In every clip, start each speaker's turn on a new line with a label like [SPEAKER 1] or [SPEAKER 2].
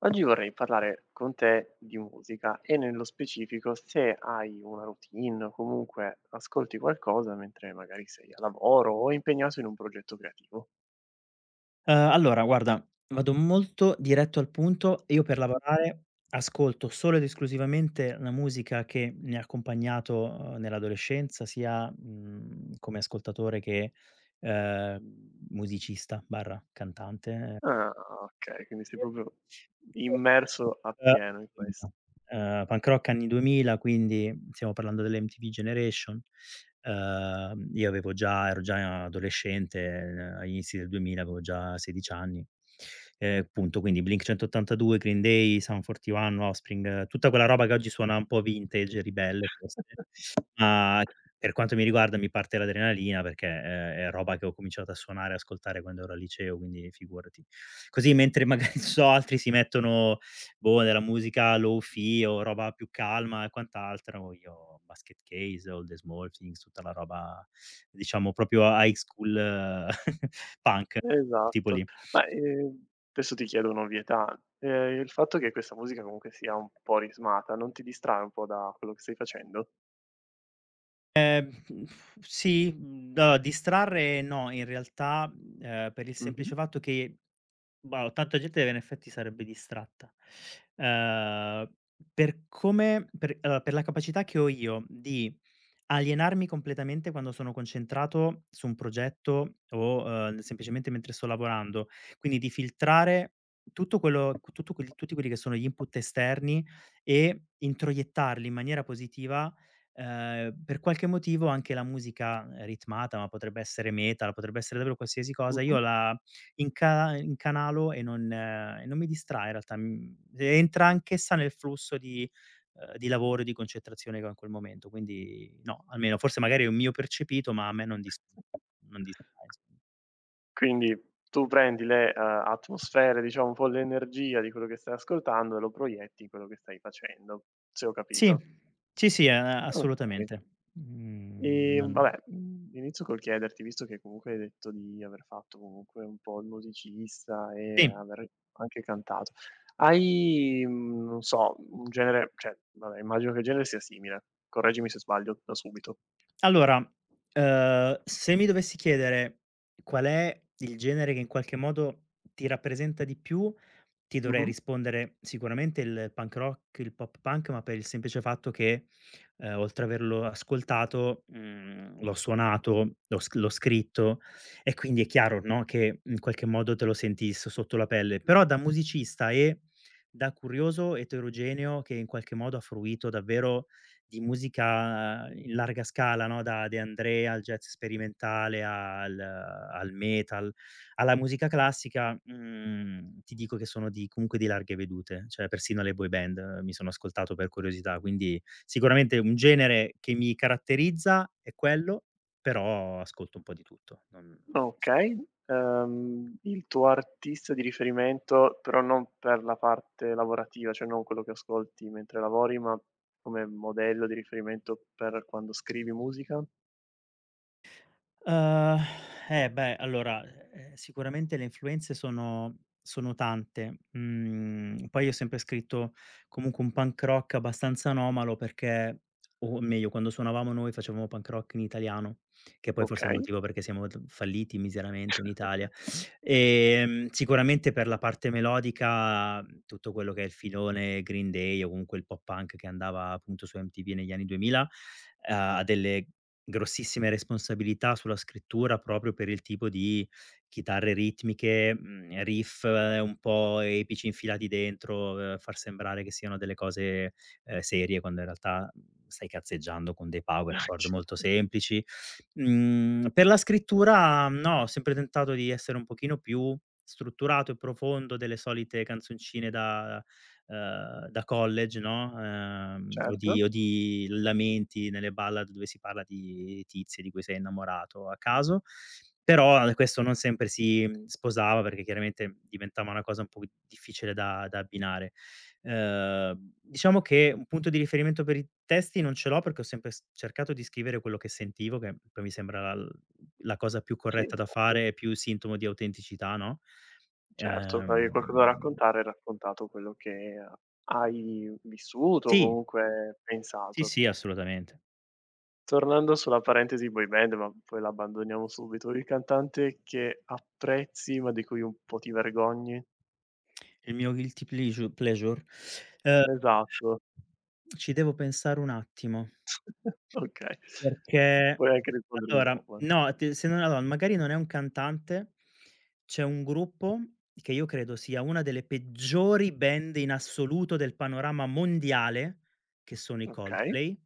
[SPEAKER 1] Oggi vorrei parlare con te di musica e nello specifico se hai una routine o comunque ascolti qualcosa mentre magari sei a lavoro o impegnato in un progetto creativo.
[SPEAKER 2] Allora guarda, vado molto diretto al punto. Io per
[SPEAKER 1] Mh-mh.
[SPEAKER 2] lavorare ascolto solo ed esclusivamente la musica che mi ha accompagnato, nell'adolescenza sia, come ascoltatore che, musicista/cantante.
[SPEAKER 1] Ah, okay, quindi sei proprio immerso appieno in
[SPEAKER 2] Ehm,
[SPEAKER 1] questo.
[SPEAKER 2] Punk rock anni 2000, quindi stiamo parlando dell'MTV Generation. Io avevo già ero già adolescente, agli inizi del 2000 avevo già 16 anni. Appunto, quindi Blink-182, Green Day, Sum 41, Offspring, tutta quella roba che oggi suona un po' vintage e ribelle forse, ma per quanto mi riguarda mi parte l'adrenalina perché, è roba che ho cominciato a suonare e ascoltare quando ero al liceo, quindi figurati. Così mentre magari non so, altri si mettono, boh, della musica lofi o roba più calma e quant'altro, io Basket Case, All the Small Things, tutta la roba diciamo proprio high school punk, tipo lì.
[SPEAKER 1] Esatto. Ma, adesso ti chiedo un'ovvietà, il fatto che questa musica comunque sia un po' ritmata non ti distrae un po' da quello che stai facendo?
[SPEAKER 2] Ehm, sì, allora distrarre no, in realtà, per il
[SPEAKER 1] Mh-mh,
[SPEAKER 2] semplice fatto che, boh, tanta gente in effetti sarebbe distratta. Ehm, per allora, per la capacità che ho io di alienarmi completamente quando sono concentrato su un progetto o, semplicemente mentre sto lavorando, quindi di filtrare tutto quello tutto quelli tutti quelli che sono gli input esterni e introiettarli in maniera positiva. Per qualche motivo anche la musica ritmata, ma potrebbe essere metal, potrebbe essere davvero qualsiasi cosa, io la incanalo e non mi distrae in realtà, entra anch'essa nel flusso di di lavoro e di concentrazione che ho in quel momento, quindi no, almeno forse magari è un mio percepito, ma a me
[SPEAKER 1] mh-mh.
[SPEAKER 2] non distrae insomma.
[SPEAKER 1] Quindi tu prendi le, atmosfere, diciamo un po' l'energia di quello che stai ascoltando e lo proietti in quello che stai facendo, se ho
[SPEAKER 2] Sì,
[SPEAKER 1] capito.
[SPEAKER 2] sì, sì, a
[SPEAKER 1] Okay.
[SPEAKER 2] assolutamente. Non
[SPEAKER 1] Vabbè, inizio col chiederti, visto che comunque hai detto di aver fatto comunque un po' il musicista e
[SPEAKER 2] sì.
[SPEAKER 1] aver anche cantato, hai, non so, un genere cioè, vabbè immagino che il genere sia simile, correggimi se sbaglio da subito.
[SPEAKER 2] Allora, se mi dovessi chiedere qual è il genere che in qualche modo ti rappresenta di più, ti dovrei
[SPEAKER 1] Mh-mh.
[SPEAKER 2] rispondere sicuramente il punk rock, il pop punk, ma per il semplice fatto che, oltre ad averlo ascoltato, l'ho suonato, l'ho scritto e quindi è chiaro, no, che in qualche modo te lo senti s sotto la pelle. Però da musicista e da curioso eterogeneo che in qualche modo ha fruito davvero di musica in larga scala, no, da De André al jazz sperimentale al metal, alla musica classica, ti dico che sono di comunque di larghe vedute, cioè persino le boy band mi sono ascoltato per curiosità, quindi sicuramente un genere che mi caratterizza è quello, però ascolto un po' di tutto, non
[SPEAKER 1] Okay. Il tuo artista di riferimento, però non per la parte lavorativa, cioè non quello che ascolti mentre lavori, ma come modello di riferimento per quando scrivi musica?
[SPEAKER 2] Uhm, eh beh, allora, sicuramente le influenze sono tante. Mhmm, Poi io ho sempre scritto comunque un punk rock abbastanza anomalo perché o meglio, quando suonavamo noi facevamo punk rock in italiano, che poi, sì, forse è il
[SPEAKER 1] Okay.
[SPEAKER 2] motivo perché siamo t falliti miseramente in Italia. Sicuramente per la parte melodica, tutto quello che è il filone Green Day o comunque il pop punk che andava appunto su MTV negli anni 2000, ha delle grossissime responsabilità sulla scrittura proprio per il tipo di chitarre ritmiche, riff un po' epici infilati dentro, far sembrare che siano delle cose, serie quando in realtà, stai cazzeggiando con dei power chord
[SPEAKER 1] C
[SPEAKER 2] molto semplici. Per la scrittura no, ho sempre tentato di essere un pochino più strutturato e profondo delle solite canzoncine da college, no,
[SPEAKER 1] certo.
[SPEAKER 2] o di lamenti nelle ballad dove si parla di tizie di cui sei innamorato a caso, però, questo non sempre si, sposava perché chiaramente diventava una cosa un po' difficile da abbinare. Diciamo che un punto di riferimento per i testi non ce l'ho perché ho sempre s cercato di scrivere quello che sentivo, che poi mi sembra l la cosa più
[SPEAKER 1] Sì,
[SPEAKER 2] corretta da
[SPEAKER 1] ottimo.
[SPEAKER 2] fare e più sintomo di autenticità, no,
[SPEAKER 1] Certo, se hai qualcosa da
[SPEAKER 2] ehm
[SPEAKER 1] raccontare, hai raccontato quello che hai vissuto o
[SPEAKER 2] sì.
[SPEAKER 1] comunque
[SPEAKER 2] Sì,
[SPEAKER 1] pensato.
[SPEAKER 2] sì, assolutamente.
[SPEAKER 1] Tornando sulla parentesi boy band, ma poi la abbandoniamo subito, il cantante che apprezzi, ma di cui un po' ti vergogni?
[SPEAKER 2] Il mio guilty pleasure? Ehm,
[SPEAKER 1] Esatto,
[SPEAKER 2] Ci devo pensare un attimo,
[SPEAKER 1] okay.
[SPEAKER 2] perché
[SPEAKER 1] Puoi anche rispondermi
[SPEAKER 2] allora
[SPEAKER 1] dopo, eh.
[SPEAKER 2] no, t se non allora magari non è un cantante, c'è un gruppo che io credo sia una delle peggiori band in assoluto del panorama mondiale, che sono i
[SPEAKER 1] Okay,
[SPEAKER 2] Coldplay.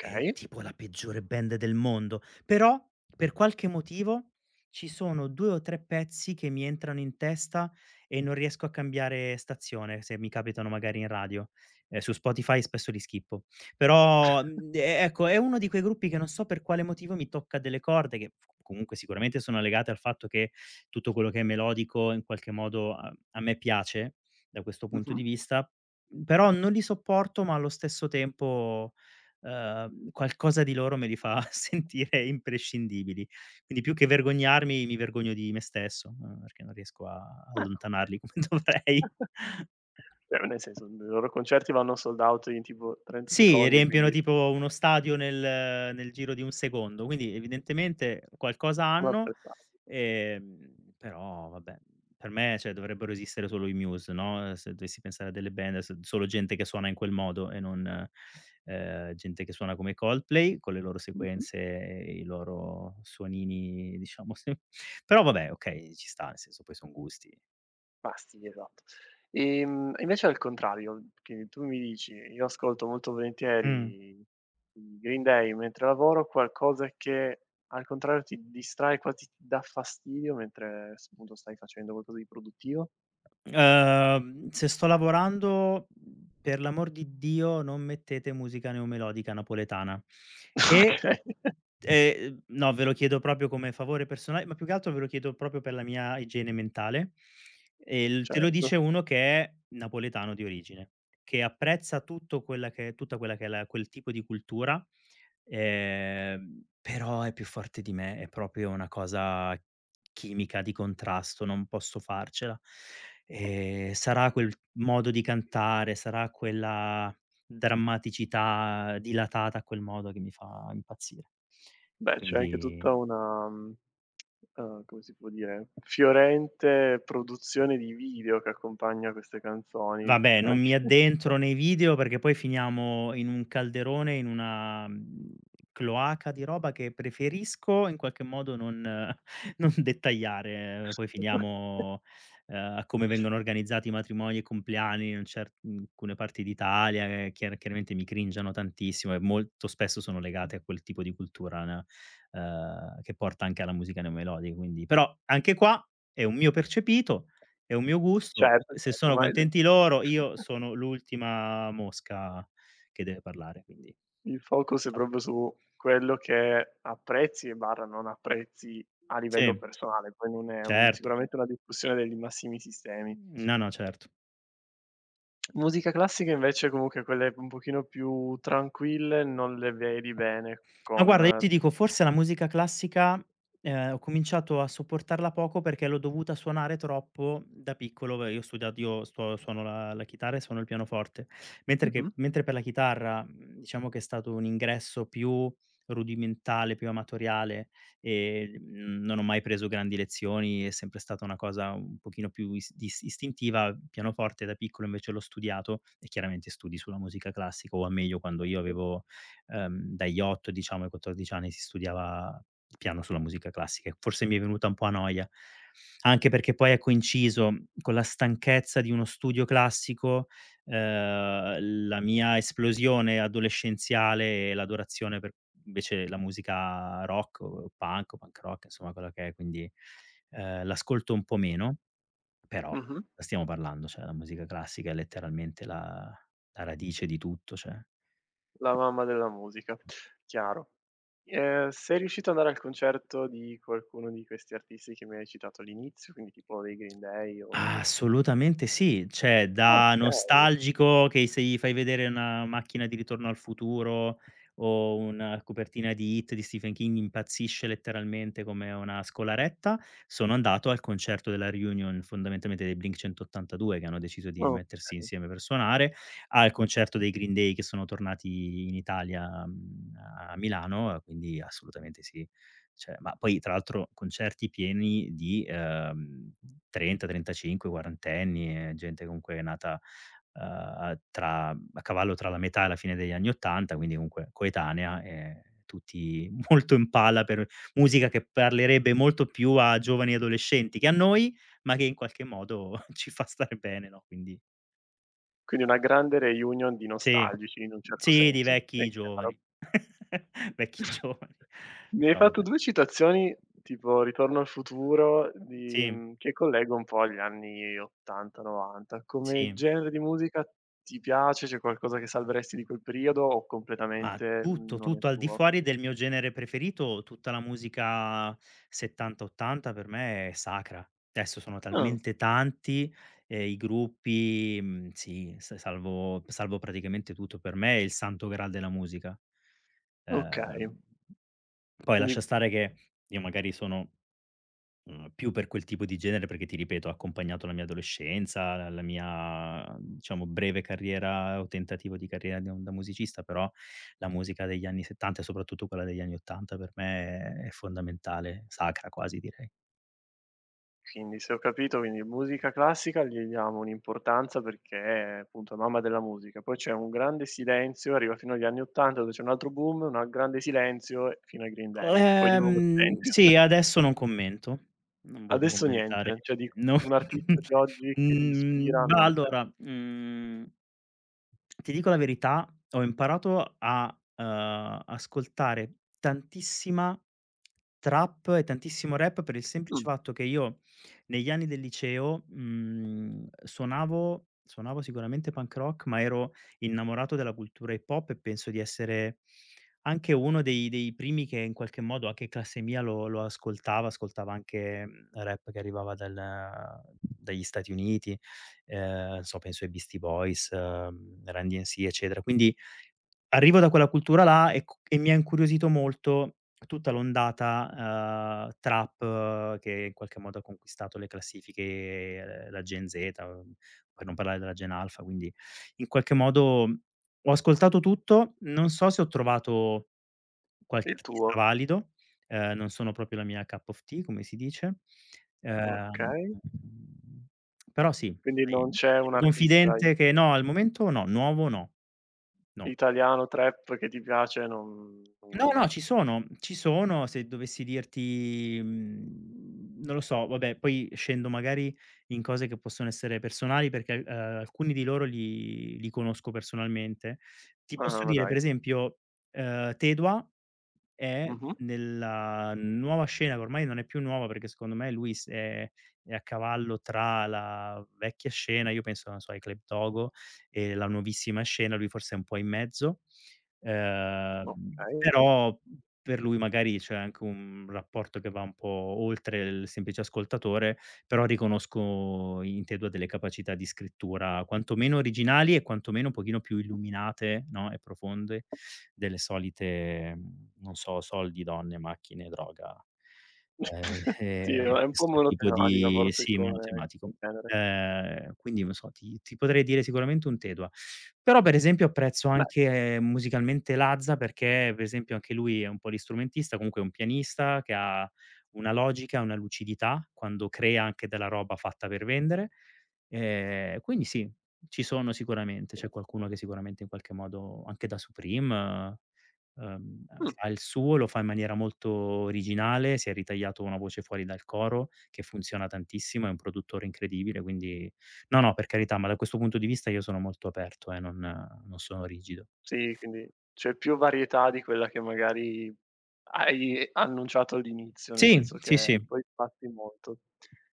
[SPEAKER 2] È tipo la peggiore band del mondo, però per qualche motivo ci sono 2 o 3 pezzi che mi entrano in testa e non riesco a cambiare stazione, se mi capitano magari in radio. Su Spotify spesso li skippo. Però, mhmm, e ecco, è uno di quei gruppi che non so per quale motivo mi tocca delle corde che f comunque sicuramente sono legate al fatto che tutto quello che è melodico in qualche modo a me piace da questo punto
[SPEAKER 1] Mh-mh.
[SPEAKER 2] di vista, però non li sopporto, ma allo stesso tempo qualcosa di loro me li fa sentire imprescindibili. Quindi più che vergognarmi, mi vergogno di me stesso, perché non riesco a
[SPEAKER 1] Ah no
[SPEAKER 2] allontanarli come
[SPEAKER 1] beh.
[SPEAKER 2] dovrei.
[SPEAKER 1] Cioè nel senso, i loro concerti vanno sold out in tipo 30
[SPEAKER 2] Sì,
[SPEAKER 1] secondi,
[SPEAKER 2] riempiono
[SPEAKER 1] quindi
[SPEAKER 2] tipo uno stadio nel giro di un secondo, quindi evidentemente qualcosa
[SPEAKER 1] sono
[SPEAKER 2] hanno,
[SPEAKER 1] apprezzati.
[SPEAKER 2] ehm, però vabbè, per me, cioè, dovrebbero esistere solo i Muse, no, se dovessi pensare a delle band, s solo gente che suona in quel modo e non, gente che suona come i Coldplay, con le loro
[SPEAKER 1] Mh-mh.
[SPEAKER 2] sequenze e i loro suonini, diciamo, se però vabbè, okay, ci sta, nel senso poi son gusti.
[SPEAKER 1] Pasti, esatto. Invece al contrario, che tu mi dici: "Io ascolto molto
[SPEAKER 2] Mh.
[SPEAKER 1] volentieri i Green Day mentre lavoro", qualcosa che al contrario ti distrae, quasi ti dà fastidio mentre s appunto stai facendo qualcosa di produttivo?
[SPEAKER 2] Se sto lavorando, per l'amor di Dio non mettete musica neomelodica napoletana. E
[SPEAKER 1] Okay,
[SPEAKER 2] no, ve lo chiedo proprio come favore personale, ma più che altro ve lo chiedo proprio per la mia igiene mentale. E l te lo
[SPEAKER 1] certo.
[SPEAKER 2] dice uno che è napoletano di origine, che apprezza tutto quella che è tutta quella che è la quel tipo di cultura. Però è più forte di me, è proprio una cosa chimica di contrasto, non posso farcela. Sarà quel modo di cantare, sarà quella drammaticità dilatata a quel modo che mi fa impazzire.
[SPEAKER 1] Beh, c'è anche
[SPEAKER 2] Quindi
[SPEAKER 1] tutta una, come si può dire, fiorente produzione di video che accompagna queste canzoni,
[SPEAKER 2] vabbè, non mi
[SPEAKER 1] anche
[SPEAKER 2] addentro nei video perché poi finiamo in un calderone, in una, cloaca di roba che preferisco in qualche modo non non dettagliare. Poi
[SPEAKER 1] Ok.
[SPEAKER 2] finiamo, a come vengono organizzati i matrimoni e i compleanni in alcune parti d'Italia che chiaramente mi cringiano tantissimo e molto spesso sono legate a quel tipo di cultura, n che porta anche alla musica neomelodica, quindi però anche qua è un mio percepito, è un mio gusto.
[SPEAKER 1] Certo,
[SPEAKER 2] Se
[SPEAKER 1] certo,
[SPEAKER 2] sono
[SPEAKER 1] ma il
[SPEAKER 2] contenti loro, io sono l'ultima mosca che deve parlare. Quindi
[SPEAKER 1] il focus è
[SPEAKER 2] fa
[SPEAKER 1] proprio su quello che apprezzi e barra non apprezzi a
[SPEAKER 2] sì,
[SPEAKER 1] livello personale, poi non è un
[SPEAKER 2] certo.
[SPEAKER 1] sicuramente una discussione dei massimi sistemi.
[SPEAKER 2] No, no, certo.
[SPEAKER 1] Musica classica invece comunque quelle un pochino più tranquille non le vedi bene
[SPEAKER 2] Ma guarda, io
[SPEAKER 1] con
[SPEAKER 2] ti dico, forse la musica classica, ho cominciato a sopportarla poco perché l'ho dovuta suonare troppo da piccolo. Beh, io ho studiato io sto suono la chitarra e suono il pianoforte,
[SPEAKER 1] Mh-mh.
[SPEAKER 2] mentre per la chitarra, diciamo che è stato un ingresso più rudimentale, più amatoriale, non ho mai preso grandi lezioni, è sempre stata una cosa un pochino più is dis istintiva. Pianoforte da piccolo invece l'ho studiato e chiaramente studi sulla musica classica, o a meglio quando io
[SPEAKER 1] Certo.
[SPEAKER 2] avevo dagli 8 diciamo ai 14 anni si studiava il piano sulla musica classica e forse mi è venuta un po' a noia. Anche perché poi ha coinciso con la stanchezza di uno studio classico, la mia esplosione adolescenziale e l'adorazione per invece la musica rock o punk rock, insomma quella che è. Quindi, l'ascolto un po' meno, però
[SPEAKER 1] Mh-mh.
[SPEAKER 2] stiamo parlando, cioè la musica classica è letteralmente la radice di tutto, cioè.
[SPEAKER 1] La mamma della musica, chiaro. Sei riuscito ad andare al concerto di qualcuno di questi artisti che mi hai citato all'inizio, quindi tipo dei Green Day o
[SPEAKER 2] Assolutamente sì, cioè da
[SPEAKER 1] okay,
[SPEAKER 2] nostalgico che se gli fai vedere una macchina di Ritorno al futuro o una copertina di It di Stephen King impazzisce letteralmente come una scolaretta, sono andato al concerto della reunion fondamentalmente dei Blink 182 che hanno deciso di rimettersi
[SPEAKER 1] okay.
[SPEAKER 2] insieme per suonare, al concerto dei Green Day che sono tornati in Italia, a Milano, quindi assolutamente sì. Cioè, ma poi tra l'altro concerti pieni di, 30, 35, 40enni, gente comunque nata, a cavallo tra la metà e la fine degli anni '80, quindi comunque coetanea, tutti molto in palla per musica che parlerebbe molto più a giovani adolescenti che a noi, ma che in qualche modo ci fa stare bene, no, quindi
[SPEAKER 1] Quindi una grande reunion di
[SPEAKER 2] sì,
[SPEAKER 1] nostalgici in un certo
[SPEAKER 2] sì, di
[SPEAKER 1] senso, è
[SPEAKER 2] vecchi
[SPEAKER 1] chiaro.
[SPEAKER 2] giovani, vecchi giovani.
[SPEAKER 1] Mi hai
[SPEAKER 2] Però
[SPEAKER 1] fatto
[SPEAKER 2] vabbè.
[SPEAKER 1] due citazioni tipo Ritorno al futuro di
[SPEAKER 2] Sì,
[SPEAKER 1] che collego un po' agli anni '80, '90. Come
[SPEAKER 2] sì.
[SPEAKER 1] genere di musica ti piace? C'è qualcosa che salveresti di quel periodo o
[SPEAKER 2] Ma
[SPEAKER 1] completamente
[SPEAKER 2] tutto,
[SPEAKER 1] non è
[SPEAKER 2] tutto al di
[SPEAKER 1] tuo?
[SPEAKER 2] fuori del mio genere preferito, tutta la musica 70, 80 per me è sacra. Adesso sono
[SPEAKER 1] Ah,
[SPEAKER 2] talmente tanti, i gruppi, sì, s salvo salvo praticamente tutto. Per me è il santo graal della musica.
[SPEAKER 1] okay.
[SPEAKER 2] Ehm, Poi lascia
[SPEAKER 1] Quindi
[SPEAKER 2] stare che io magari sono più per quel tipo di genere perché ti ripeto, ha accompagnato la mia adolescenza, la mia diciamo breve carriera o tentativo di carriera da musicista, però la musica degli anni '70 e soprattutto quella degli anni '80 per me è fondamentale, sacra quasi direi.
[SPEAKER 1] Quindi se ho capito, quindi musica classica gli diamo un'importanza perché appunto è mamma della musica, poi c'è un grande silenzio, arriva fino agli anni '80 dove c'è un altro boom, un al grande silenzio fino ai Green Day, poi di nuovo silenzio.
[SPEAKER 2] Sì, adesso non commento, non voglio
[SPEAKER 1] Adesso
[SPEAKER 2] commentare.
[SPEAKER 1] niente, cioè dico
[SPEAKER 2] No.
[SPEAKER 1] un artista di oggi che ti ispira
[SPEAKER 2] Mhmm, ma
[SPEAKER 1] non c'è.
[SPEAKER 2] allora, mhmm ti dico la verità, ho imparato a, ascoltare tantissima trap e tantissimo rap per il semplice
[SPEAKER 1] Mh,
[SPEAKER 2] fatto che io negli anni del liceo, suonavo sicuramente punk rock, ma ero innamorato della cultura hip hop e penso di essere anche uno dei primi che in qualche modo anche in classe mia lo ascoltava anche, rap che arrivava dal dagli Stati Uniti non so, penso ai Beastie Boys, Run DMC, eccetera. Quindi arrivo da quella cultura là e mi ha incuriosito molto tutta l'ondata, trap che in qualche modo ha conquistato le classifiche, la Gen Z, per non parlare della Gen Alpha, quindi in qualche modo ho ascoltato tutto, non so se ho trovato qualche
[SPEAKER 1] il tuo,
[SPEAKER 2] artista valido. Ehm, Non sono proprio la mia cup of tea, come si dice. Ehm,
[SPEAKER 1] okay.
[SPEAKER 2] mhmm, però sì,
[SPEAKER 1] Quindi non
[SPEAKER 2] dai,
[SPEAKER 1] c'è un
[SPEAKER 2] sono
[SPEAKER 1] artista i
[SPEAKER 2] confidente che no, al momento no, nuovo no. No.
[SPEAKER 1] italiano trap che ti piace, non
[SPEAKER 2] No, no,
[SPEAKER 1] nulla.
[SPEAKER 2] ci sono, ci sono. Se dovessi dirti, non lo so, vabbè, poi scendo magari in cose che possono essere personali perché, alcuni di loro li conosco personalmente. Ti
[SPEAKER 1] Ah,
[SPEAKER 2] posso
[SPEAKER 1] ma
[SPEAKER 2] dire
[SPEAKER 1] dai.
[SPEAKER 2] per esempio, Tedua è
[SPEAKER 1] Mh-mh,
[SPEAKER 2] nella nuova scena, che ormai non è più nuova perché secondo me lui s è a cavallo tra la vecchia scena, io penso, non so, ai Club Dogo e la nuovissima scena, lui forse è un po' in mezzo.
[SPEAKER 1] okay.
[SPEAKER 2] Però per lui magari c'è anche un rapporto che va un po' oltre il semplice ascoltatore, però riconosco in te 2 delle capacità di scrittura quantomeno originali e quantomeno un pochino più illuminate, no, e profonde delle solite, non so, soldi, donne, macchine, droga. Ehm, ehm,
[SPEAKER 1] Sì, è un po'
[SPEAKER 2] Questo tipo
[SPEAKER 1] monotematica
[SPEAKER 2] di
[SPEAKER 1] forse
[SPEAKER 2] sì,
[SPEAKER 1] come
[SPEAKER 2] monotematico.
[SPEAKER 1] come genere.
[SPEAKER 2] Quindi non so, ti potrei dire sicuramente un te 2. Però per esempio apprezzo
[SPEAKER 1] Beh,
[SPEAKER 2] anche musicalmente Lazza perché per esempio anche lui è un polistrumentista, comunque è un pianista che ha una logica, una lucidità quando crea anche della roba fatta per vendere. Quindi sì, ci sono sicuramente,
[SPEAKER 1] sì.
[SPEAKER 2] c'è qualcuno che sicuramente in qualche modo anche da Supreme,
[SPEAKER 1] Mh,
[SPEAKER 2] fa il suo, lo fa in maniera molto originale, si è ritagliato una voce fuori dal coro che funziona tantissimo, è un produttore incredibile. Quindi, no, no, per carità, ma da questo punto di vista io sono molto aperto, non sono rigido.
[SPEAKER 1] sì, quindi c'è più varietà di quella che magari hai annunciato all'inizio, nel
[SPEAKER 2] Sì,
[SPEAKER 1] senso
[SPEAKER 2] sì, sì.
[SPEAKER 1] che poi passi molto.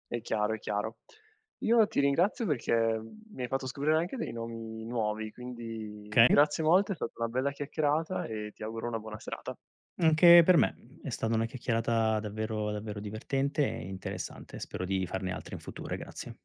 [SPEAKER 1] È chiaro, è chiaro. Io ti ringrazio perché, mi hai fatto scoprire anche dei nomi nuovi, quindi
[SPEAKER 2] Okay,
[SPEAKER 1] grazie molte, è stata una bella chiacchierata e ti auguro una buona serata.
[SPEAKER 2] anche per me è stata una chiacchierata davvero davvero divertente e interessante. Spero di farne altre in futuro, grazie.